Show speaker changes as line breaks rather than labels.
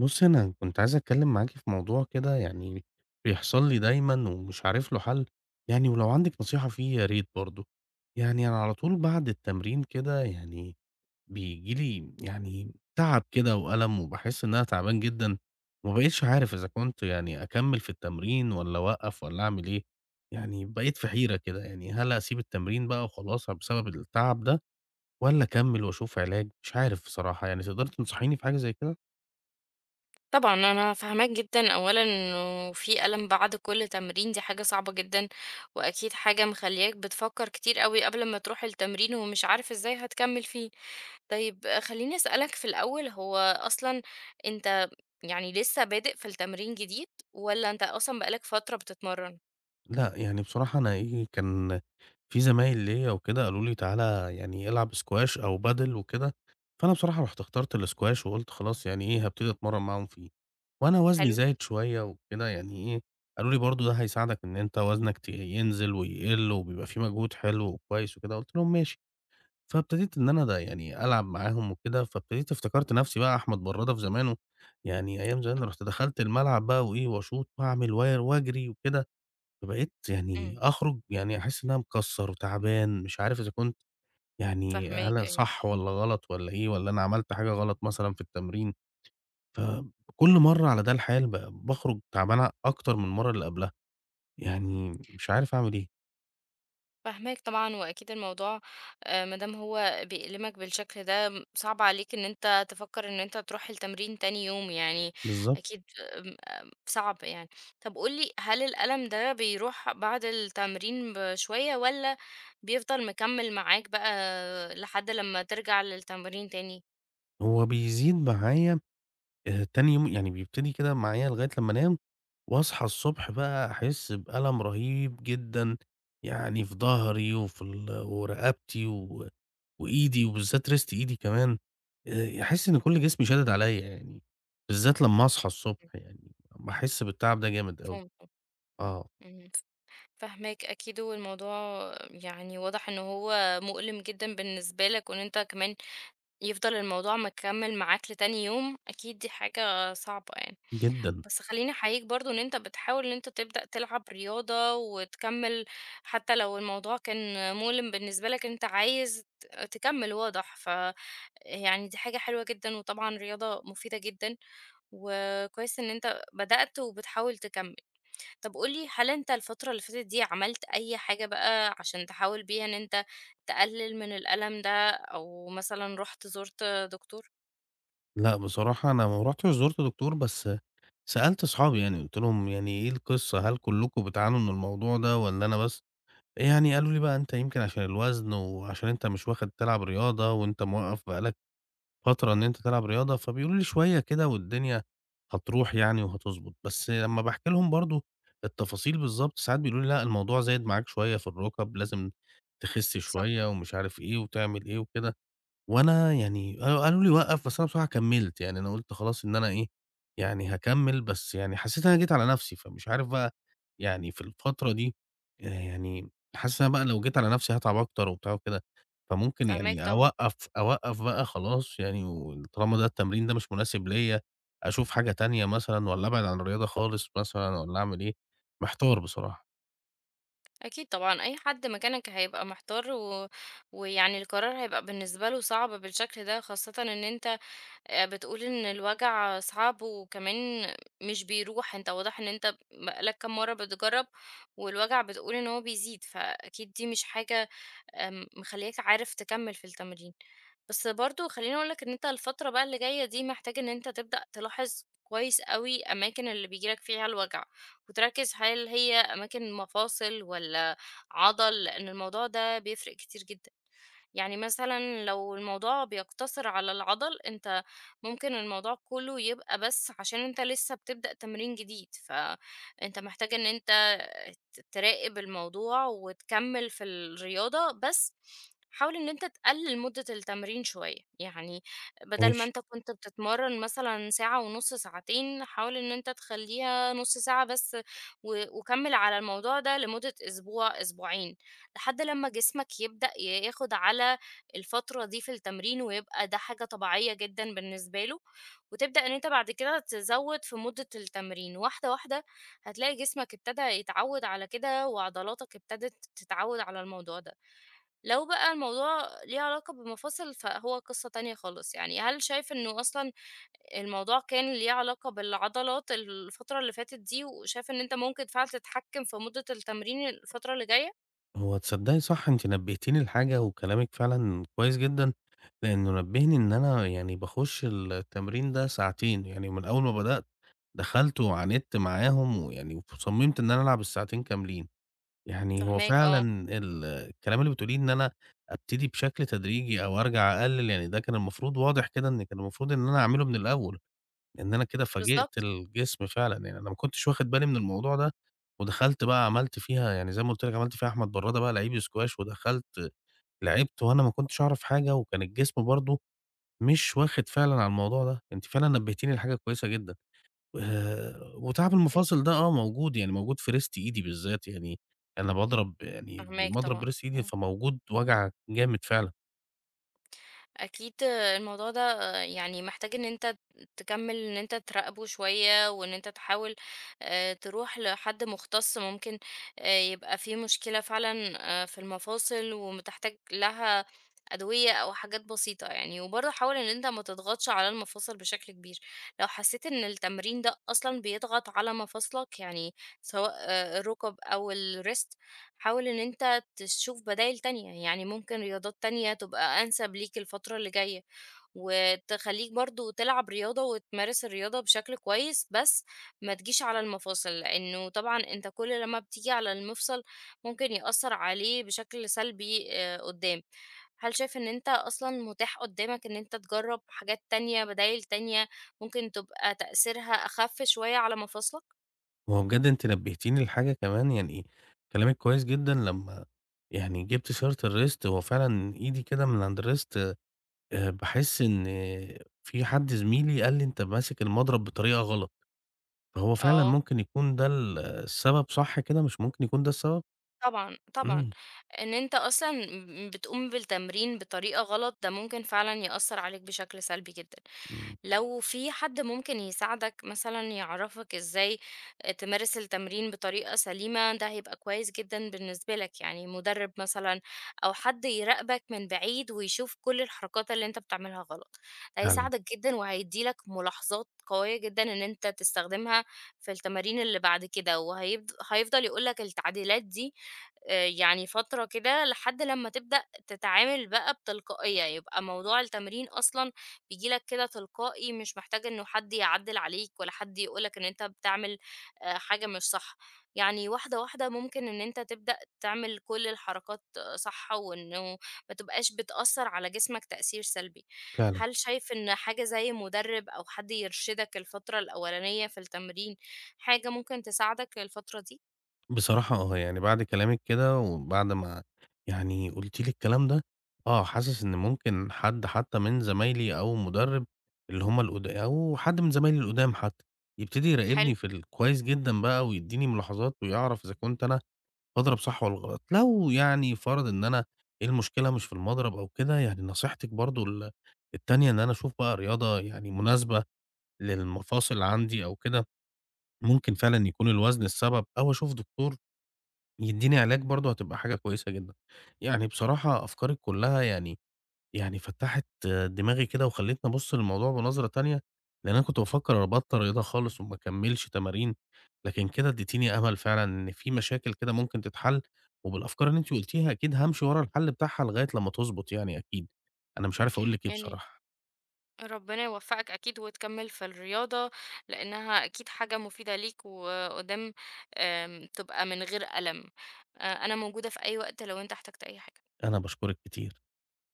بُصّي، أنا كنت عايز أتكلّم معاكِ في موضوع كده يعني بيحصل لي دايمًا ومش عارف له حل، يعني ولو عندِك نصيحة فيه يا ريت برضه. يعني أنا على طول بعد التمرين كده يعني بييجي لي يعني تعب كده وألم وباحس إن أنا تعبان جدًا، وما بقيتش عارف إذا كنت يعني أكمّل في التمرين والّا أوقّف والّا أعمل إيه، يعني بقيت في حيرة كده، يعني هل أسيب التمرين بقى وخلاص بسبب التعب ده والّا أكمّل وأشوف علاج؟ مش عارف بصراحة، يعني تقدري تنصحيني في حاجة زي كده؟
طبعًا أنا فاهماك جدًا، أولًا إنه في ألم بعد كل تمرين دي حاجة صعبة جدًا، وأكيد حاجة مخلّياك بتفكّر كتير أوي قبل ما تروح التمرين ومش عارف إزاي هتكمّل فيه. طيب خلّيني أسألك في الأول، هو أصلًا أنت يعني لسه بادئ في التمرين جديد والّا أنت أصلًا بقى لك فترة بتتمرّن؟
لأ، يعني بصراحة أنا إيه، كان في زمايل ليّا وكده قالوا لي: "تعالَ يعني العب سكواش أو بادل وكده." فأنا بصراحة رُحت اخترت السكواش وقُلت خلاص يعني إيه، هابتدي أتمرّن معاهم فيه. وأنا وزني
حلو جدًا،
زايد شوية وكده يعني إيه، قالوا لي: "برضه ده هيساعدك إن أنت وزنك ينزل ويقل وبيبقى في مجهود حلو وكويس وكده." قُلت لهم: "ماشي." فابتديت إن أنا ده يعني ألعب معاهم وكده، فابتديت افتكرت نفسي بقى أحمد برادة في زمانه، يعني أيام زمان رُحت دخلت الملعب بقى وإيه، وأشوط وأعمل و وأجري وكده. فبقيت يعني
إمم،
أخرج يعني أحس إن أنا مكسّر وتعبان، مش عارف إذا كنت يعني
فاهماك
هل
أيوه.
صح والّا غلط والّا إيه، والّا أنا عملت حاجة غلط مثلًا في التمرين، كل مرّة على ده الحال باخرج تعبان أكتر من المرّة اللي قبلها، يعني مش عارف أعمل إيه،
فاهماك طبعًا، وأكيد الموضوع ما دام هو بيألمك بالشكل ده، صعب عليك إن أنت تفكّر إن أنت تروح التمرين تاني يوم يعني،
بالضبط،
أكيد آمم، آمم، صعب يعني. طب قُل لي، هل الألم ده بيروح بعد التمرين بشوية والّا بيفضل مكمّل معاك بقى لحد لمّا ترجع للتمرين تاني؟
هو بيزيد معايا تاني يوم يعني بيبتدي كده معايا لغاية لمّا أنام، وأصحى الصبح بقى أحس بألم رهيب جدًا، يعني في ضهري وفي ورقبتي و وإيدي وبالذات ريست إيدي كمان، أحس إن كل جسمي شادد عليَّ يعني، بالذات لمّا أصحى الصبح يعني، باحس بالتعب ده جامد أوي،
فهمتك،
آه
اهم، فاهماك أكيد، والموضوع يعني واضح إن هو مؤلم جدًا بالنسبة لك، وإن أنت كمان يفضل الموضوع مكمّل معاك لتاني يوم، أكيد دي حاجة صعبة يعني.
جدًا.
بس خلّيني أحييك برضه إن أنت بتحاول إن أنت تبدأ تلعب رياضة وتكمّل حتى لو الموضوع كان مؤلم بالنسبة لك، أنت عايز تكمّل واضح، يعني دي حاجة حلوة جدًا، وطبعًا رياضة مفيدة جدًا، وكويس إن أنت بدأت وبتحاول تكمّل. طَب قُل لي هل أنت الفترة اللي فاتت دي عملت أي حاجة بقى عشان تحاول بيها إن أنت تقلل من الألم ده، أو مثلًا رُحت زُرت دكتور؟
لأ بصراحة أنا ما رُحتش زُرت دكتور، بس سألت أصحابي يعني، قُلت لهم يعني إيه القصة، هل كلكم بتعانوا من الموضوع ده والّا أنا بس؟ يعني قالوا لي بقى أنت يمكن عشان الوزن وعشان أنت مش واخد تلعب رياضة وأنت موقّف بقى لك فترة إن أنت تلعب رياضة، فبيقولوا لي: "شوية كده والدنيا هتروح يعني وهتضبط." بس لمّا باحكي لهم برضه التفاصيل بالضبط، ساعات بيقولوا لي: "لأ، الموضوع زايد معاك شوية في الرُكَب، لازم تخِس
صح،
شوية." ومش عارف إيه وتعمل إيه وكده. وأنا يعني قالوا لي وقّف، بس أنا بصراحة كمّلت، يعني أنا قُلت خلاص إن أنا إيه، يعني هاكمّل، بس يعني حسّيت إن أنا جيت على نَفْسي، فمش عارف بقى يعني في الفترة دي يعني حاسس إن أنا بقى لو جيت على نَفْسي هاتعب أكتر وبتاع وكده، فممكن
فاهماك
يعني
طبعًا.
أوقّف بقى خلاص يعني وطالما ده التمرين ده مش مناسب ليّا، أشوف حاجة تانية مثلًا والّا أبعد عن الرياضة خالص مثلًا والّا أعمل إيه، محتار بصراحة.
أكيد طبعًا، أي حد مكانك هيبقى محتار و ويعني القرار هيبقى بالنسبة له صعب بالشكل ده، خاصةً إن أنت بتقول إن الوجع صعب وكمان مش بيروح، أنت واضح إن أنت بقى لك كام مرّة بتجرّب والوجع بتقول إن هو بيزيد، فأكيد دي مش حاجة مخلّياك عارف تكمّل في التمرين. بس برضه خلّيني أقول لك إن أنت الفترة بقى اللي جاية دي محتاج إن أنت تبدأ تلاحظ كويس أوي أماكن اللي بييجي لك فيها الوجع، وتركّز هل هي أماكن مفاصل والّا عضل، لإن الموضوع ده بيفرق كتير جدًا. يعني مثلًا لو الموضوع بيقتصر على العضل، أنت ممكن الموضوع كله يبقى بس عشان أنت لسه بتبدأ تمرين جديد، فأنت محتاج إن أنت تراقب الموضوع وتكمّل في الرياضة، بس حاول إن أنت تقلِّل مدة التمرين شوية، يعني بدل ما أنت كنت بتتمرّن مثلًا ساعة ونُص، ساعتين، حاول إن أنت تخلّيها نُص ساعة بس و وكمّل على الموضوع ده لمدة أسبوع، أسبوعين. لحد لمّا جسمك يبدأ ياخد على الفترة دي في التمرين، ويبقى ده حاجة طبيعية جدًا بالنسبة له، وتبدأ إن أنت بعد كده تزوّد في مدة التمرين، واحدة، واحدة هتلاقي جسمك ابتدى يتعوّد على كده، وعضلاتك ابتدت تتعوّد على الموضوع ده. لو بقى الموضوع ليه علاقة بالمفاصل، فهو قصة تانية خالص يعني. هل شايف إنه أصلًا الموضوع كان ليه علاقة بالعضلات الفترة اللي فاتت دي، وشايف إن أنت ممكن فعلًا تتحكم في مدة التمرين الفترة اللي جاية؟
هو تصدّقي صح أنتِ نبّهتيني لحاجة وكلامِك فعلًا كويس جدًا، لإنه نبّهني إن أنا يعني باخُش التمرين ده ساعتين، يعني من أول ما بدأت دخلت وعاندت معاهم ويعني وصمِّمت إن أنا ألعب الساعتين كاملين، يعني هو
فاهماك،
فعلًا
آه.
الكلام اللي بتقوليه إن أنا أبتدي بشكل تدريجي أو أرجع أقلِّل، يعني ده كان المفروض واضح كده إن كان المفروض إن أنا أعمله من الأول. لإن أنا كده فاجئت
بالضبط،
الجسم فعلًا، يعني أنا ما كنتش واخد بالي من الموضوع ده، ودخلت بقى عملت فيها يعني زي ما قُلت لك عملت فيها أحمد برادة بقى لعيب سكواش، ودخلت لعبت وأنا ما كنتش أعرف حاجة، وكان الجسم برضه مش واخد فعلًا على الموضوع ده، أنتِ فعلًا نبهتيني لحاجة كويسة جدًا، وتعب
أنت
المفاصل ده آه موجود، يعني موجود في رِست إيدي بالذات، يعني أنا باضرب يعني
فاهماك
المضرب
طبعًا،
برِست إيدي
إمم،
فموجود وجع جامد فعلًا.
أكيد الموضوع ده يعني محتاج إن أنت تكمّل إن أنت تراقبه شوية، وإن أنت تحاول تروح لحد مختص ممكن يبقى في مشكلة فعلًا في المفاصل وتحتاج لها أدوية أو حاجات بسيطة يعني، وبرضه حاول إن أنت ما تضغطش على المفاصل بشكل كبير، لو حسيت إن التمرين ده أصلًا بيضغط على مفاصلك يعني سواء الركب أو الwrist حاول إن أنت تشوف بدايل تانية، يعني ممكن رياضات تانية تبقى أنسب ليك الفترة اللي جاية، وتخلّيك برضه تلعب رياضة وتمارس الرياضة بشكل كويس، بس ما تجيش على المفاصل، لإنه طبعًا أنت كل لمّا بتيجي على المفصل ممكن يأثّر عليه بشكل سلبي قدّام. هل شايف إن أنت أصلًا متاح قدّامك إن أنت تجرّب حاجات تانية، بدايل تانية ممكن تبقى تأثيرها أخف شوية على مفاصلك؟
هو بجد أنتِ نبهتيني لحاجة كمان يعني كلامِك كويس جدًا لمّا يعني جبتِ سيرة الwrist هو فعلًا إيدي كده من عند الwrist باحس إن في حد زميلي قال لي: "أنت ماسك المضرب بطريقة غلط." فهو فعلًا
آه.
ممكن يكون ده السبب صح كده، مش ممكن يكون ده السبب؟
طبعًا، طبعًا.
إمم،
إن أنت أصلًا بتقوم بالتمرين بطريقة غلط، ده ممكن فعلًا يأثّر عليك بشكل سلبي جدًا.
إمم،
لو في حد ممكن يساعدك مثلا يعرفك ازاي تمارس التمرين بطريقة سليمة ده هيبقى كويس جدا بالنسبة لك يعني مدرب مثلا او حد يراقبك من بعيد ويشوف كل الحركات اللي انت بتعملها غلط ده
فعلًا،
هيساعدك جدا وهيديلك ملاحظات قوية جدا ان انت تستخدمها في التمارين اللي بعد كده وهيفضل يقولك التعديلات دي آه، يعني فترة كده لحد لما تبدأ تتعامل بقى بتلقائية يبقى موضوع التمرين أصلا بييجي لك كده تلقائي مش محتاج إنه حد يعدِّل عليك ولا حد يقول لك إن أنت بتعمل حاجة مش صح. يعني واحدة، واحدة ممكن إن أنت تبدأ تعمل كل الحركات صح وإنه ما تبقاش بتأثّر على جسمك تأثير سلبي.
فعلًا.
هل شايف إن حاجة زي مُدرِّب أو حد يرشدك الفترة الأولانية في التمرين حاجة ممكن تساعدك الفترة دي؟
بصراحة آه، يعني بعد كلامِك كده وبعد ما يعني قُلتِ لي الكلام ده، آه، حاسس إن ممكن حد حتى من زمايلي أو مُدرِّب اللي هم القد أو حد من زمايلي القُدام حتى، يبتدي
حلو.
يراقبني في ال كويس جدًا بقى ويدّيني ملاحظات ويعرف إذا كنت أنا باضرب صح والّا غلط. لو يعني فرَض إن أنا ايه المشكلة مش في المضرب أو كده، يعني نصيحتِك برضه التانية إن أنا أشوف بقى رياضة يعني مناسبة للمفاصل عندي أو كده، ممكن فعلًا يكون الوزن السبب أو أشوف دكتور يدّيني علاج برضه هتبقى حاجة كويسة جدًا. يعني بصراحة أفكارِك كُلّها يعني فتّحت دماغي كده وخلّتني أبُص للموضوع بنظرة تانية، لإن أنا كنت بافكّر أبطّل رياضة خالص وما أكمّلش تمارين، لكن كده ادّيتيني أمل فعلًا إن في مشاكل كده ممكن تتحل، وبالأفكار اللي أنتِ قُلتيها أكيد هامشي ورا الحل بتاعها لغاية لمّا تضبط يعني أكيد. أنا مش عارف أقول لِك إيه
يعني
بصراحة،
ربنا يوفقك أكيد وتكمل في الرياضة، لإنها أكيد حاجة مفيدة ليك وقدام تبقى من غير ألم. أنا موجودة في أي وقت لو أنت احتجت أي حاجة.
أنا باشكرِك كتير.